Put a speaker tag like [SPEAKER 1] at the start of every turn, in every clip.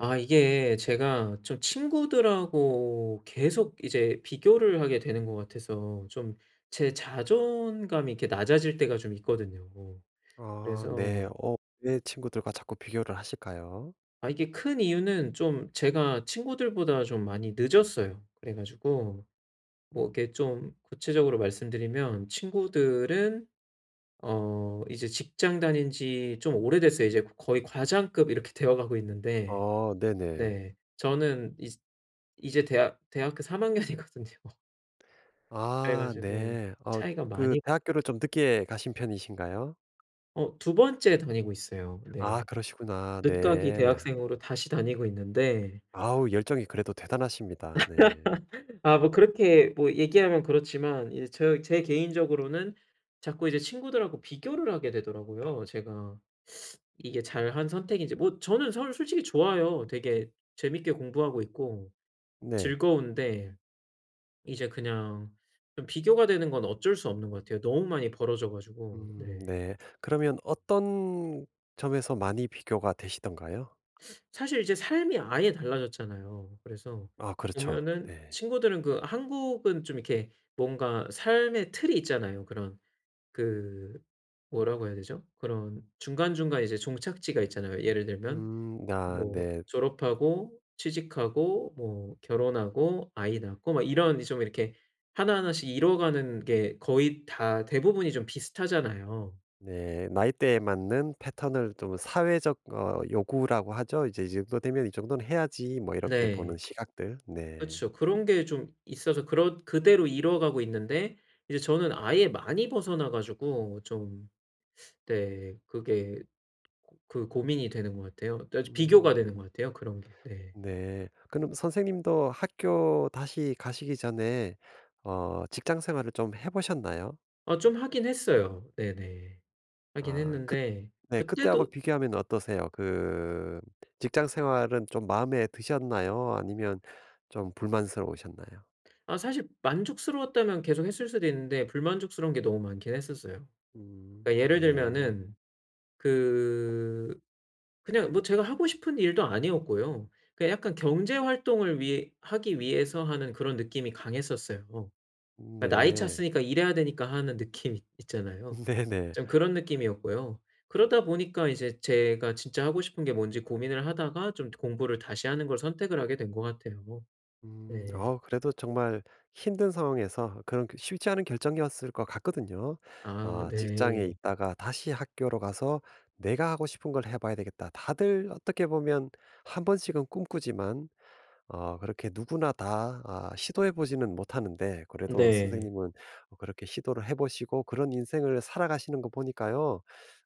[SPEAKER 1] 아 이게 제가 좀 친구들하고 계속 이제 비교를 하게 되는 것 같아서 좀 제 자존감이 이렇게 낮아질 때가 좀 있거든요.
[SPEAKER 2] 아 네.
[SPEAKER 1] 그래서
[SPEAKER 2] 왜 친구들과 자꾸 비교를 하실까요?
[SPEAKER 1] 아 이게 큰 이유는 좀 제가 친구들보다 좀 많이 늦었어요. 그래 가지고 뭐 이렇게 좀 구체적으로 말씀드리면 친구들은 이제 직장 다닌 지 좀 오래됐어요. 이제 거의 과장급 이렇게 되어 가고 있는데
[SPEAKER 2] 어 네네.
[SPEAKER 1] 네. 저는 이제 이제 대학교 3학년 학년이거든요. 그래
[SPEAKER 2] 아
[SPEAKER 1] 가지고
[SPEAKER 2] 네. 어
[SPEAKER 1] 차이가
[SPEAKER 2] 그
[SPEAKER 1] 많이
[SPEAKER 2] 대학교를 좀 늦게 가신 편이신가요?
[SPEAKER 1] 두 번째 다니고 있어요.
[SPEAKER 2] 아
[SPEAKER 1] 네.
[SPEAKER 2] 그러시구나.
[SPEAKER 1] 늦가기
[SPEAKER 2] 네.
[SPEAKER 1] 대학생으로 다시 다니고 있는데
[SPEAKER 2] 아우 열정이 그래도 대단하십니다. 네.
[SPEAKER 1] 아 뭐 그렇게 뭐 얘기하면 그렇지만 이제 제 개인적으로는 자꾸 이제 친구들하고 비교를 하게 되더라고요. 제가 이게 잘한 선택인지 뭐 저는 선 솔직히 좋아요. 되게 재밌게 공부하고 있고
[SPEAKER 2] 네.
[SPEAKER 1] 즐거운데 이제 그냥 좀 비교가 되는 건 어쩔 수 없는 것 같아요. 너무 많이 벌어져 가지고. 네.
[SPEAKER 2] 네. 그러면 어떤 점에서 많이 비교가 되시던가요?
[SPEAKER 1] 사실 이제 삶이 아예 달라졌잖아요. 그래서
[SPEAKER 2] 아 그렇죠.
[SPEAKER 1] 보면은
[SPEAKER 2] 네.
[SPEAKER 1] 친구들은 그 한국은 좀 이렇게 뭔가 삶의 틀이 있잖아요. 그런 그 뭐라고 해야 되죠? 그런 중간중간 이제 종착지가 있잖아요. 예를 들면
[SPEAKER 2] 음 아
[SPEAKER 1] 뭐
[SPEAKER 2] 네.
[SPEAKER 1] 졸업하고 취직하고 뭐 결혼하고 아이 낳고 막 이런 좀 이렇게 하나하나씩 이뤄 가는 게 거의 다 대부분이 좀 비슷하잖아요.
[SPEAKER 2] 네. 나이대에 맞는 패턴을 좀 사회적 요구라고 하죠. 이제 이 정도 되면 '이 정도는 해야지.' 뭐 이렇게 보는
[SPEAKER 1] 네.
[SPEAKER 2] 시각들. 네.
[SPEAKER 1] 그렇죠. 그런 게 좀 있어서 그런 그대로 이어가고 있는데 이제 저는 아예 많이 벗어나 가지고 좀 네 그게 그 고민이 되는 것 같아요. 또 비교가 되는
[SPEAKER 2] 음
[SPEAKER 1] 것 같아요 그런 게. 네.
[SPEAKER 2] 네. 그럼 선생님도 학교 다시 가시기 전에 직장 생활을 좀 해 보셨나요?
[SPEAKER 1] 아 좀 하긴 했어요. 네네. 하긴
[SPEAKER 2] 아 그
[SPEAKER 1] 했는데
[SPEAKER 2] 네 그때하고
[SPEAKER 1] 그때도
[SPEAKER 2] 비교하면 어떠세요? 그 직장 생활은 좀 마음에 드셨나요? 아니면 좀 불만스러우셨나요?
[SPEAKER 1] 아 사실 만족스러웠다면 계속 했을 수도 있는데 불만족스러운 게 너무 많긴 했었어요.
[SPEAKER 2] 음
[SPEAKER 1] 그러니까 예를
[SPEAKER 2] 네.
[SPEAKER 1] 들면은 그 그냥 뭐 제가 하고 싶은 일도 아니었고요. 그냥 약간 경제 활동을 위해 하기 위해서 하는 그런 느낌이 강했었어요. 그러니까 나이
[SPEAKER 2] 네.
[SPEAKER 1] 찼으니까 일해야 되니까 하는 있잖아요.
[SPEAKER 2] 네네.
[SPEAKER 1] 좀 그런 느낌이었고요. 그러다 보니까 이제 제가 진짜 하고 싶은 게 뭔지 고민을 하다가 좀 공부를 다시 하는 걸 선택을 하게 된 것 같아요.
[SPEAKER 2] 음.
[SPEAKER 1] 네.
[SPEAKER 2] 그래도 정말 힘든 상황에서 그런 그 쉽지 않은 결정이었을 것 같거든요.
[SPEAKER 1] 아
[SPEAKER 2] 아 직장에
[SPEAKER 1] 네.
[SPEAKER 2] 있다가 다시 학교로 가서 '내가 하고 싶은 걸 해 봐야 되겠다.' 다들 어떻게 보면 한 번씩은 꿈꾸지만 그렇게 누구나 다 아 시도해 보지는 못하는데 그래도
[SPEAKER 1] 네.
[SPEAKER 2] 선생님은 그렇게 시도를 해 보시고 그런 인생을 살아가시는 거 보니까요.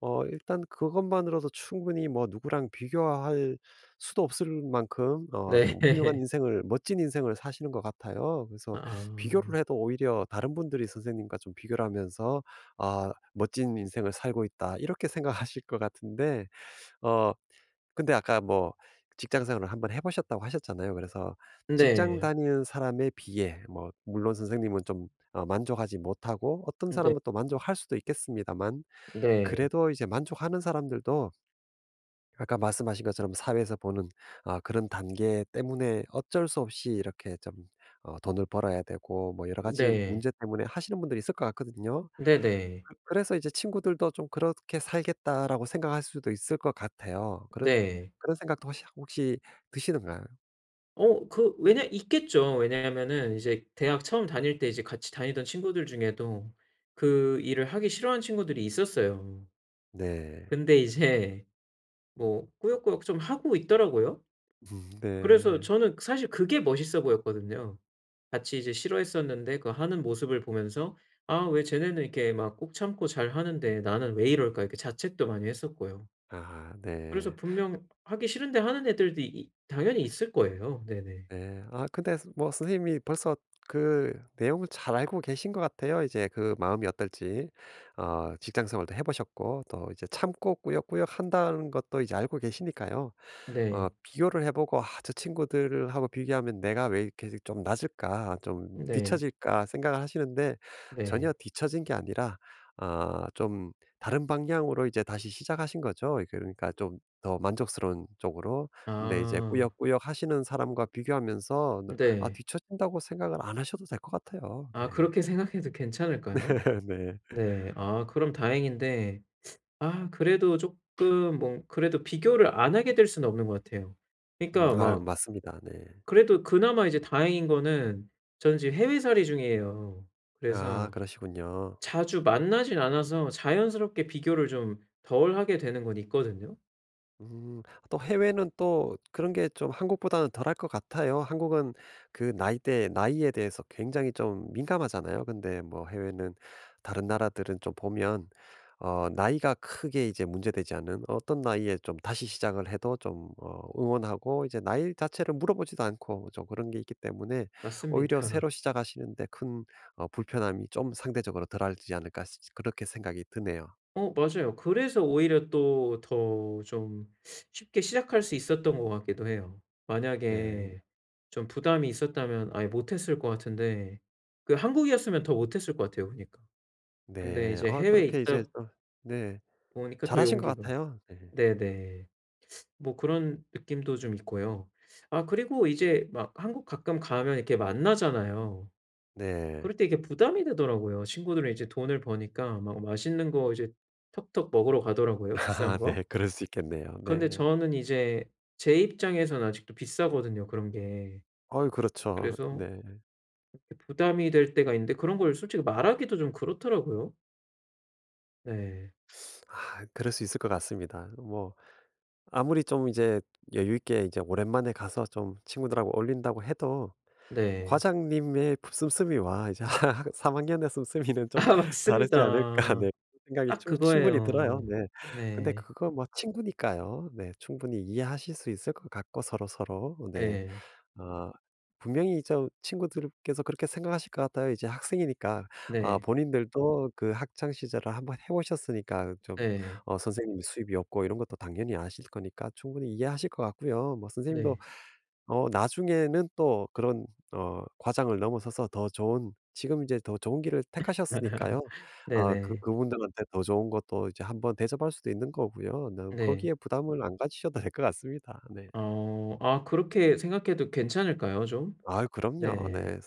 [SPEAKER 2] 어 일단 그것만으로도 충분히 뭐 누구랑 비교할 수도 없을 만큼
[SPEAKER 1] 네.
[SPEAKER 2] 좀 훌륭한 인생을 멋진 인생을 사시는 것 같아요. 그래서
[SPEAKER 1] 아.
[SPEAKER 2] 비교를 해도 오히려 다른 분들이 선생님과 좀 비교를 하면서 '아 멋진 인생을 살고 있다.' 이렇게 생각하실 것 같은데 어 근데 아까 뭐 직장 생활을 한번 해 보셨다고 하셨잖아요. 그래서 직장
[SPEAKER 1] 네.
[SPEAKER 2] 다니는 사람에 비해 뭐 물론 선생님은 좀 만족하지 못하고 어떤
[SPEAKER 1] 네.
[SPEAKER 2] 사람은 또 만족할 수도 있겠습니다만
[SPEAKER 1] 네.
[SPEAKER 2] 그래도 이제 만족하는 사람들도 아까 말씀하신 것처럼 사회에서 보는 아 그런 단계 때문에 어쩔 수 없이 이렇게 좀 돈을 벌어야 되고 뭐 여러 가지
[SPEAKER 1] 네.
[SPEAKER 2] 문제 때문에 하시는 분들이 있을 것 같거든요.
[SPEAKER 1] 네네. 네.
[SPEAKER 2] 그 그래서 이제 친구들도 좀 '그렇게 살겠다.'라고 생각할 수도 있을 것 같아요. 그런
[SPEAKER 1] 네.
[SPEAKER 2] 그런 생각도 혹시 혹시 드시는가요?
[SPEAKER 1] 어 그 왜냐 있겠죠. 왜냐하면은 이제 대학 처음 다닐 때 이제 같이 다니던 친구들 중에도 그 일을 하기 싫어하는 친구들이 있었어요.
[SPEAKER 2] 네.
[SPEAKER 1] 근데 이제 뭐 꾸역꾸역 좀 하고 있더라고요. 그래서
[SPEAKER 2] 네.
[SPEAKER 1] 저는 사실 그게 멋있어 보였거든요. 같이 이제 싫어했었는데 그 하는 모습을 보면서 '아 왜 쟤네는 이렇게 막 꾹 참고 잘하는데 나는 왜 이럴까?' 이렇게 자책도 많이 했었고요.
[SPEAKER 2] 아
[SPEAKER 1] 그래서
[SPEAKER 2] 네.
[SPEAKER 1] 분명 하기 싫은데 하는 애들도 이 당연히 있을 거예요. 네네.
[SPEAKER 2] 네. 아 근데 뭐 선생님이 벌써 그 내용을 잘 알고 계신 것 같아요. 이제 그 마음이 어떨지. 직장 생활도 해 보셨고 또 이제 참고 꾸역꾸역 한다는 것도 이제 알고 계시니까요.
[SPEAKER 1] 네.
[SPEAKER 2] 비교를 해 보고 '아 저 친구들하고 비교하면 내가 왜 이렇게 좀 낮을까? 좀
[SPEAKER 1] 네.
[SPEAKER 2] 뒤처질까?' 생각을 하시는데 전혀
[SPEAKER 1] 네.
[SPEAKER 2] 뒤처진 게 아니라 아 좀 다른 방향으로 이제 다시 시작하신 거죠. 그러니까 좀 더 만족스러운 쪽으로. 근데 이제
[SPEAKER 1] 아
[SPEAKER 2] 꾸역꾸역 하시는 사람과 비교하면서 아
[SPEAKER 1] 네.
[SPEAKER 2] 뒤처진다고 생각을 안 하셔도 될 것 같아요. 네.
[SPEAKER 1] 아 그렇게 생각해도 괜찮을까요?
[SPEAKER 2] 네.
[SPEAKER 1] 네. 아 그럼 다행인데 아 그래도 조금 뭐 그래도 비교를 안 하게 될 수는 없는 것 같아요. 그러니까
[SPEAKER 2] 아유
[SPEAKER 1] 막
[SPEAKER 2] 맞습니다. 네.
[SPEAKER 1] 그래도 그나마 이제 다행인 거는 전 지금 해외살이 중이에요.
[SPEAKER 2] 아
[SPEAKER 1] 그래서
[SPEAKER 2] 그러시군요.
[SPEAKER 1] 자주 만나진 않아서 자연스럽게 비교를 좀 덜 하게 되는 건 있거든요.
[SPEAKER 2] 음. 또 해외는 또 그런 게 좀 한국보다는 덜할 것 같아요. 한국은 그 나이대 나이에 대해서 굉장히 좀 민감하잖아요. 근데 뭐 해외는 다른 나라들은 좀 보면 나이가 크게 이제 문제되지 않는 어떤 나이에 좀 다시 시작을 해도 좀 응원하고 이제 나이 자체를 물어보지도 않고 좀 그런 게 있기 때문에 오히려
[SPEAKER 1] 맞습니다.
[SPEAKER 2] 새로 시작하시는데 큰 불편함이 좀 상대적으로 덜하지 않을까 그렇게 생각이 드네요.
[SPEAKER 1] 어 맞아요. 그래서 오히려 또 더 좀 쉽게 시작할 수 있었던 것 같기도 해요.
[SPEAKER 2] 네.
[SPEAKER 1] 만약에 좀 부담이 있었다면 아예 못했을 것 같은데 그 한국이었으면 더 못했을 것 같아요 보니까. 근데
[SPEAKER 2] 네.
[SPEAKER 1] 이제
[SPEAKER 2] 아
[SPEAKER 1] 해외에
[SPEAKER 2] 그렇게 이제
[SPEAKER 1] 있다
[SPEAKER 2] 좀, 네.
[SPEAKER 1] 보니까 더
[SPEAKER 2] 잘하신 것
[SPEAKER 1] 용기가
[SPEAKER 2] 같아요. 네.
[SPEAKER 1] 네네. 뭐 그런 느낌도 좀 있고요. 아 그리고 이제 막 한국 가끔 가면 이렇게 만나잖아요.
[SPEAKER 2] 네.
[SPEAKER 1] 그럴 때 이게 부담이 되더라고요. 친구들은 이제 돈을 버니까 막 맛있는 거 이제 턱턱 먹으러 가더라고요 비싼
[SPEAKER 2] 아 네.
[SPEAKER 1] 거.
[SPEAKER 2] 그럴 수 있겠네요.
[SPEAKER 1] 근데
[SPEAKER 2] 네.
[SPEAKER 1] 저는 이제 제 입장에서는 아직도 비싸거든요 그런 게.
[SPEAKER 2] 어유 그렇죠.
[SPEAKER 1] 그래서
[SPEAKER 2] 네.
[SPEAKER 1] 이렇게 부담이 될 때가 있는데 그런 걸 솔직히 말하기도 좀 그렇더라고요. 네.
[SPEAKER 2] 아 그럴 수 있을 것 같습니다. 뭐 아무리 좀 이제 여유 있게 이제 오랜만에 가서 좀 친구들하고 어울린다고 해도
[SPEAKER 1] 네.
[SPEAKER 2] 과장님의 씀씀이와 이제 3 학년의 씀씀이는
[SPEAKER 1] 아
[SPEAKER 2] 좀 다르지 않을까
[SPEAKER 1] 맞습니다.
[SPEAKER 2] 네 생각이
[SPEAKER 1] 딱
[SPEAKER 2] 충 충분히 들어요.
[SPEAKER 1] 그거예요.
[SPEAKER 2] 네. 근데
[SPEAKER 1] 네.
[SPEAKER 2] 그거 뭐 친구니까요. 네. 충분히 이해하실 수 있을 것 같고 서로서로. 네.
[SPEAKER 1] 예.
[SPEAKER 2] 아 분명히 좀 친구들께서 그렇게 생각하실 것 같아요. 이제 학생이니까 아
[SPEAKER 1] 네.
[SPEAKER 2] 본인들도 그 학창 시절을 한번 해 보셨으니까 좀
[SPEAKER 1] 네.
[SPEAKER 2] 선생님이 수입이 없고 이런 것도 당연히 아실 거니까 충분히 이해하실 것 같고요. 뭐 선생님도
[SPEAKER 1] 네.
[SPEAKER 2] 나중에는 또 그런 과장을 넘어서서 더 좋은 지금 이제 더 좋은 길을 택하셨으니까요.
[SPEAKER 1] 네네.
[SPEAKER 2] 아 그
[SPEAKER 1] 네.
[SPEAKER 2] 그분들한테 더 좋은 것도 이제 한번 대접할 수도 있는 거고요. 너무
[SPEAKER 1] 네.
[SPEAKER 2] 거기에 부담을 안 가지셔도 될 것 같습니다. 네.
[SPEAKER 1] 어아 그렇게 생각해도 괜찮을까요 좀?
[SPEAKER 2] 아 그럼요.
[SPEAKER 1] 네.
[SPEAKER 2] 네.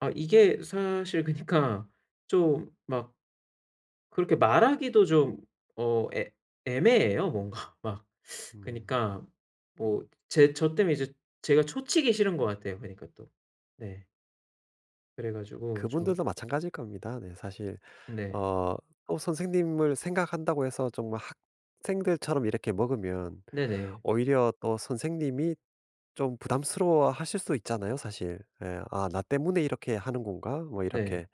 [SPEAKER 1] 아 이게 사실 그니까 좀막 그렇게 말하기도 좀 어 애 애매해요 뭔가. 막
[SPEAKER 2] 음.
[SPEAKER 1] 그니까 뭐 제 때문에 이제 제가 초치기 싫은 것 같아요 그니까 또. 네. 그래 가지고 좀
[SPEAKER 2] 그분들도 마찬가지일 겁니다. 네 사실
[SPEAKER 1] 네.
[SPEAKER 2] 어 또 선생님을 생각한다고 해서 정말 학생들처럼 이렇게 먹으면
[SPEAKER 1] 네 네.
[SPEAKER 2] 오히려 또 선생님이 좀 부담스러워하실 수 있잖아요 사실. 예. '아 나 때문에 이렇게 하는 건가?' 뭐
[SPEAKER 1] 네.
[SPEAKER 2] 이렇게.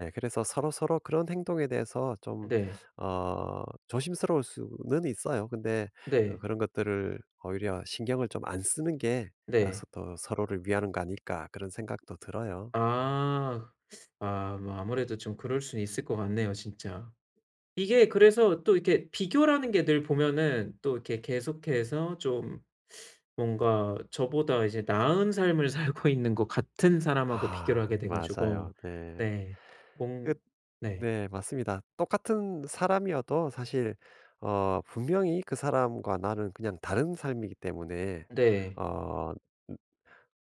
[SPEAKER 2] 예 그래서 서로서로 그런 행동에 대해서 좀
[SPEAKER 1] 네.
[SPEAKER 2] 어 조심스러울 수는 있어요. 근데
[SPEAKER 1] 네.
[SPEAKER 2] 그런 것들을 오히려 신경을 좀 안 쓰는 게 아 서
[SPEAKER 1] 네.
[SPEAKER 2] 또 '서로를 위하는 거 아닐까.' 그런 생각도 들어요.
[SPEAKER 1] 아. 아 뭐 아무래도 좀 그럴 수는 있을 것 같네요 진짜. 이게 그래서 또 이렇게 비교라는 게 늘 보면은 또 이렇게 계속해서 좀 뭔가 저보다 이제 나은 삶을 살고 있는 것 같은 사람하고 비교를
[SPEAKER 2] 아
[SPEAKER 1] 하게 돼
[SPEAKER 2] 맞아요.
[SPEAKER 1] 가지고
[SPEAKER 2] 네.
[SPEAKER 1] 네.
[SPEAKER 2] 그
[SPEAKER 1] 뭔 네.
[SPEAKER 2] 네 맞습니다. 똑같은 사람이어도 사실 분명히 그 사람과 나는 그냥 다른 삶이기 때문에
[SPEAKER 1] 네.
[SPEAKER 2] 어 음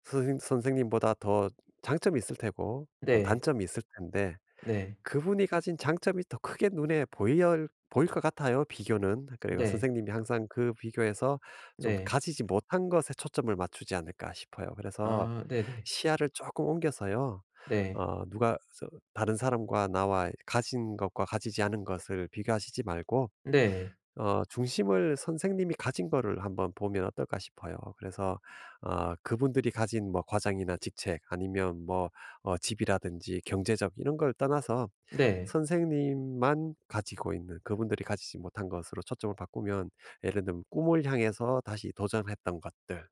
[SPEAKER 2] 선생님보다 더 장점이 있을 테고 또
[SPEAKER 1] 네.
[SPEAKER 2] 단점이 있을 텐데
[SPEAKER 1] 네.
[SPEAKER 2] 그분이 가진 장점이 더 크게 눈에 보일 것 같아요, 비교는. 그리고
[SPEAKER 1] 네.
[SPEAKER 2] 선생님이 항상 그 비교에서 좀
[SPEAKER 1] 네.
[SPEAKER 2] 가지지 못한 것에 초점을 맞추지 않을까 싶어요. 그래서
[SPEAKER 1] 아 네 네.
[SPEAKER 2] 시야를 조금 옮겨서요.
[SPEAKER 1] 네.
[SPEAKER 2] 어 누가 저 다른 사람과 나와 가진 것과 가지지 않은 것을 비교하시지 말고
[SPEAKER 1] 네. 네.
[SPEAKER 2] 중심을 선생님이 가진 거를 한번 보면 어떨까 싶어요. 그래서 그분들이 가진 뭐 과장이나 직책 아니면 뭐 집이라든지 경제적 이런 걸 떠나서
[SPEAKER 1] 네.
[SPEAKER 2] 선생님만 가지고 있는 그분들이 가지지 못한 것으로 초점을 바꾸면 예를 들면 꿈을 향해서 다시 도전했던 것들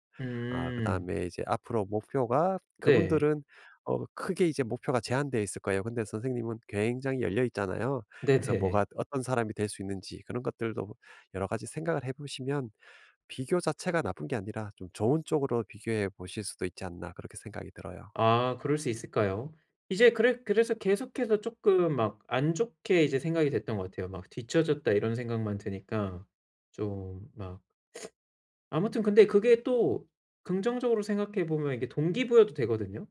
[SPEAKER 2] 아
[SPEAKER 1] 음.
[SPEAKER 2] 그다음에 이제 앞으로 목표가
[SPEAKER 1] 네.
[SPEAKER 2] 그분들은 크게 이제 목표가 제한되어 있을 거예요. 근데 선생님은 굉장히 열려 있잖아요. 그래서
[SPEAKER 1] 네네.
[SPEAKER 2] 뭐가 어떤 사람이 될 수 있는지 그런 것들도 여러 가지 생각을 해 보시면 비교 자체가 나쁜 게 아니라 좀 좋은 쪽으로 비교해 보실 수도 있지 않나 그렇게 생각이 들어요.
[SPEAKER 1] 아 그럴 수 있을까요? 이제 그래 그래서 계속해서 조금 막 안 좋게 이제 생각이 됐던 것 같아요. 막 '뒤처졌다.' 이런 생각만 드니까 좀 막 아무튼 근데 그게 또 긍정적으로 생각해 보면 이게 동기부여도 되거든요.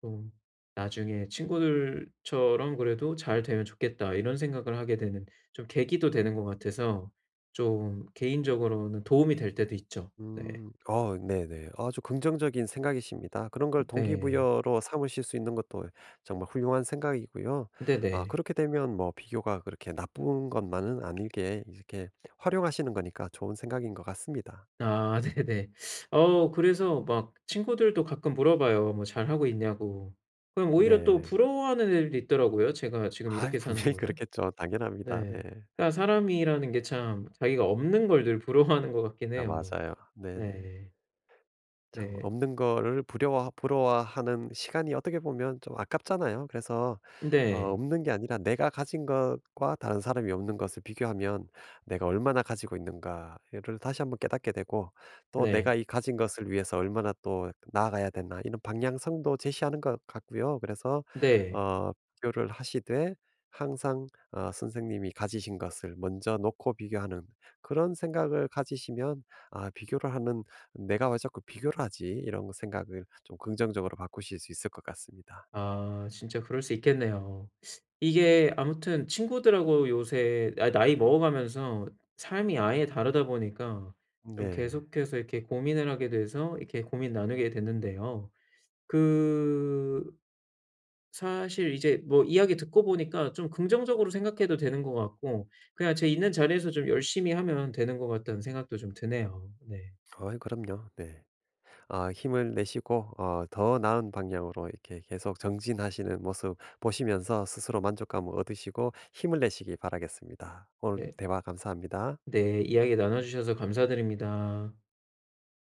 [SPEAKER 1] 좀 '나중에 친구들처럼 그래도 잘 되면 좋겠다.' 이런 생각을 하게 되는 좀 계기도 되는 것 같아서 좀 개인적으로는 도움이 될 때도 있죠. 네.
[SPEAKER 2] 음. 어 네네. 아주 긍정적인 생각이십니다. 그런 걸
[SPEAKER 1] 네.
[SPEAKER 2] 동기부여로 삼으실 수 있는 것도 정말 훌륭한 생각이고요. 아
[SPEAKER 1] 네네.
[SPEAKER 2] 그렇게 되면 뭐 비교가 그렇게 나쁜 것만은 아니게 이렇게 활용하시는 거니까 좋은 생각인 것 같습니다. 네.
[SPEAKER 1] 아 네네. 어 그래서 막 친구들도 가끔 물어봐요. 뭐 "잘하고 있냐."고. 그럼 오히려 또
[SPEAKER 2] 네.
[SPEAKER 1] 부러워하는 애들도 있더라고요, 제가 지금
[SPEAKER 2] 아
[SPEAKER 1] 이렇게 사는
[SPEAKER 2] 분명히
[SPEAKER 1] 거를.
[SPEAKER 2] 그렇겠죠. 당연합니다. 네.
[SPEAKER 1] 네. 그러니까 사람이라는 게 참 자기가 없는 걸 늘 부러워하는 것 같긴
[SPEAKER 2] 아
[SPEAKER 1] 해요.
[SPEAKER 2] 맞아요. 네네.
[SPEAKER 1] 네.
[SPEAKER 2] 참
[SPEAKER 1] 네.
[SPEAKER 2] 없는 거를 부워 부러워하는 시간이 어떻게 보면 좀 아깝잖아요. 그래서
[SPEAKER 1] 네.
[SPEAKER 2] 없는 게 아니라 내가 가진 것과 다른 사람이 없는 것을 비교하면 '내가 얼마나 가지고 있는가.'를 다시 한번 깨닫게 되고 또
[SPEAKER 1] 네.
[SPEAKER 2] '내가 이 가진 것을 위해서 얼마나 또 나아가야 되나.' 이런 방향성도 제시하는 것 같고요. 그래서
[SPEAKER 1] 네.
[SPEAKER 2] 어 비교를 하시되 항상 선생님이 가지신 것을 먼저 놓고 비교하는 그런 생각을 가지시면 아 비교를 하는 '내가 왜 자꾸 비교를 하지?' 이런 생각을 좀 긍정적으로 바꾸실 수 있을 것 같습니다.
[SPEAKER 1] 아 진짜 그럴 수 있겠네요. 이게 아무튼 친구들하고 요새 나이 먹어가면서 삶이 아예 다르다 보니까 좀
[SPEAKER 2] 네.
[SPEAKER 1] 계속해서 이렇게 고민을 하게 돼서 이렇게 고민 나누게 됐는데요. 그 사실 이제 뭐 이야기 듣고 보니까 좀 긍정적으로 생각해도 되는 것 같고 그냥 제 있는 자리에서 좀 열심히 하면 되는 것 같다는 생각도 좀 드네요. 네.
[SPEAKER 2] 어 그럼요. 네. 아 힘을 내시고 더 나은 방향으로 이렇게 계속 정진하시는 모습 보시면서 스스로 만족감을 얻으시고 힘을 내시기 바라겠습니다. 오늘
[SPEAKER 1] 네.
[SPEAKER 2] 대화 감사합니다.
[SPEAKER 1] 네. 이야기 나눠주셔서 감사드립니다.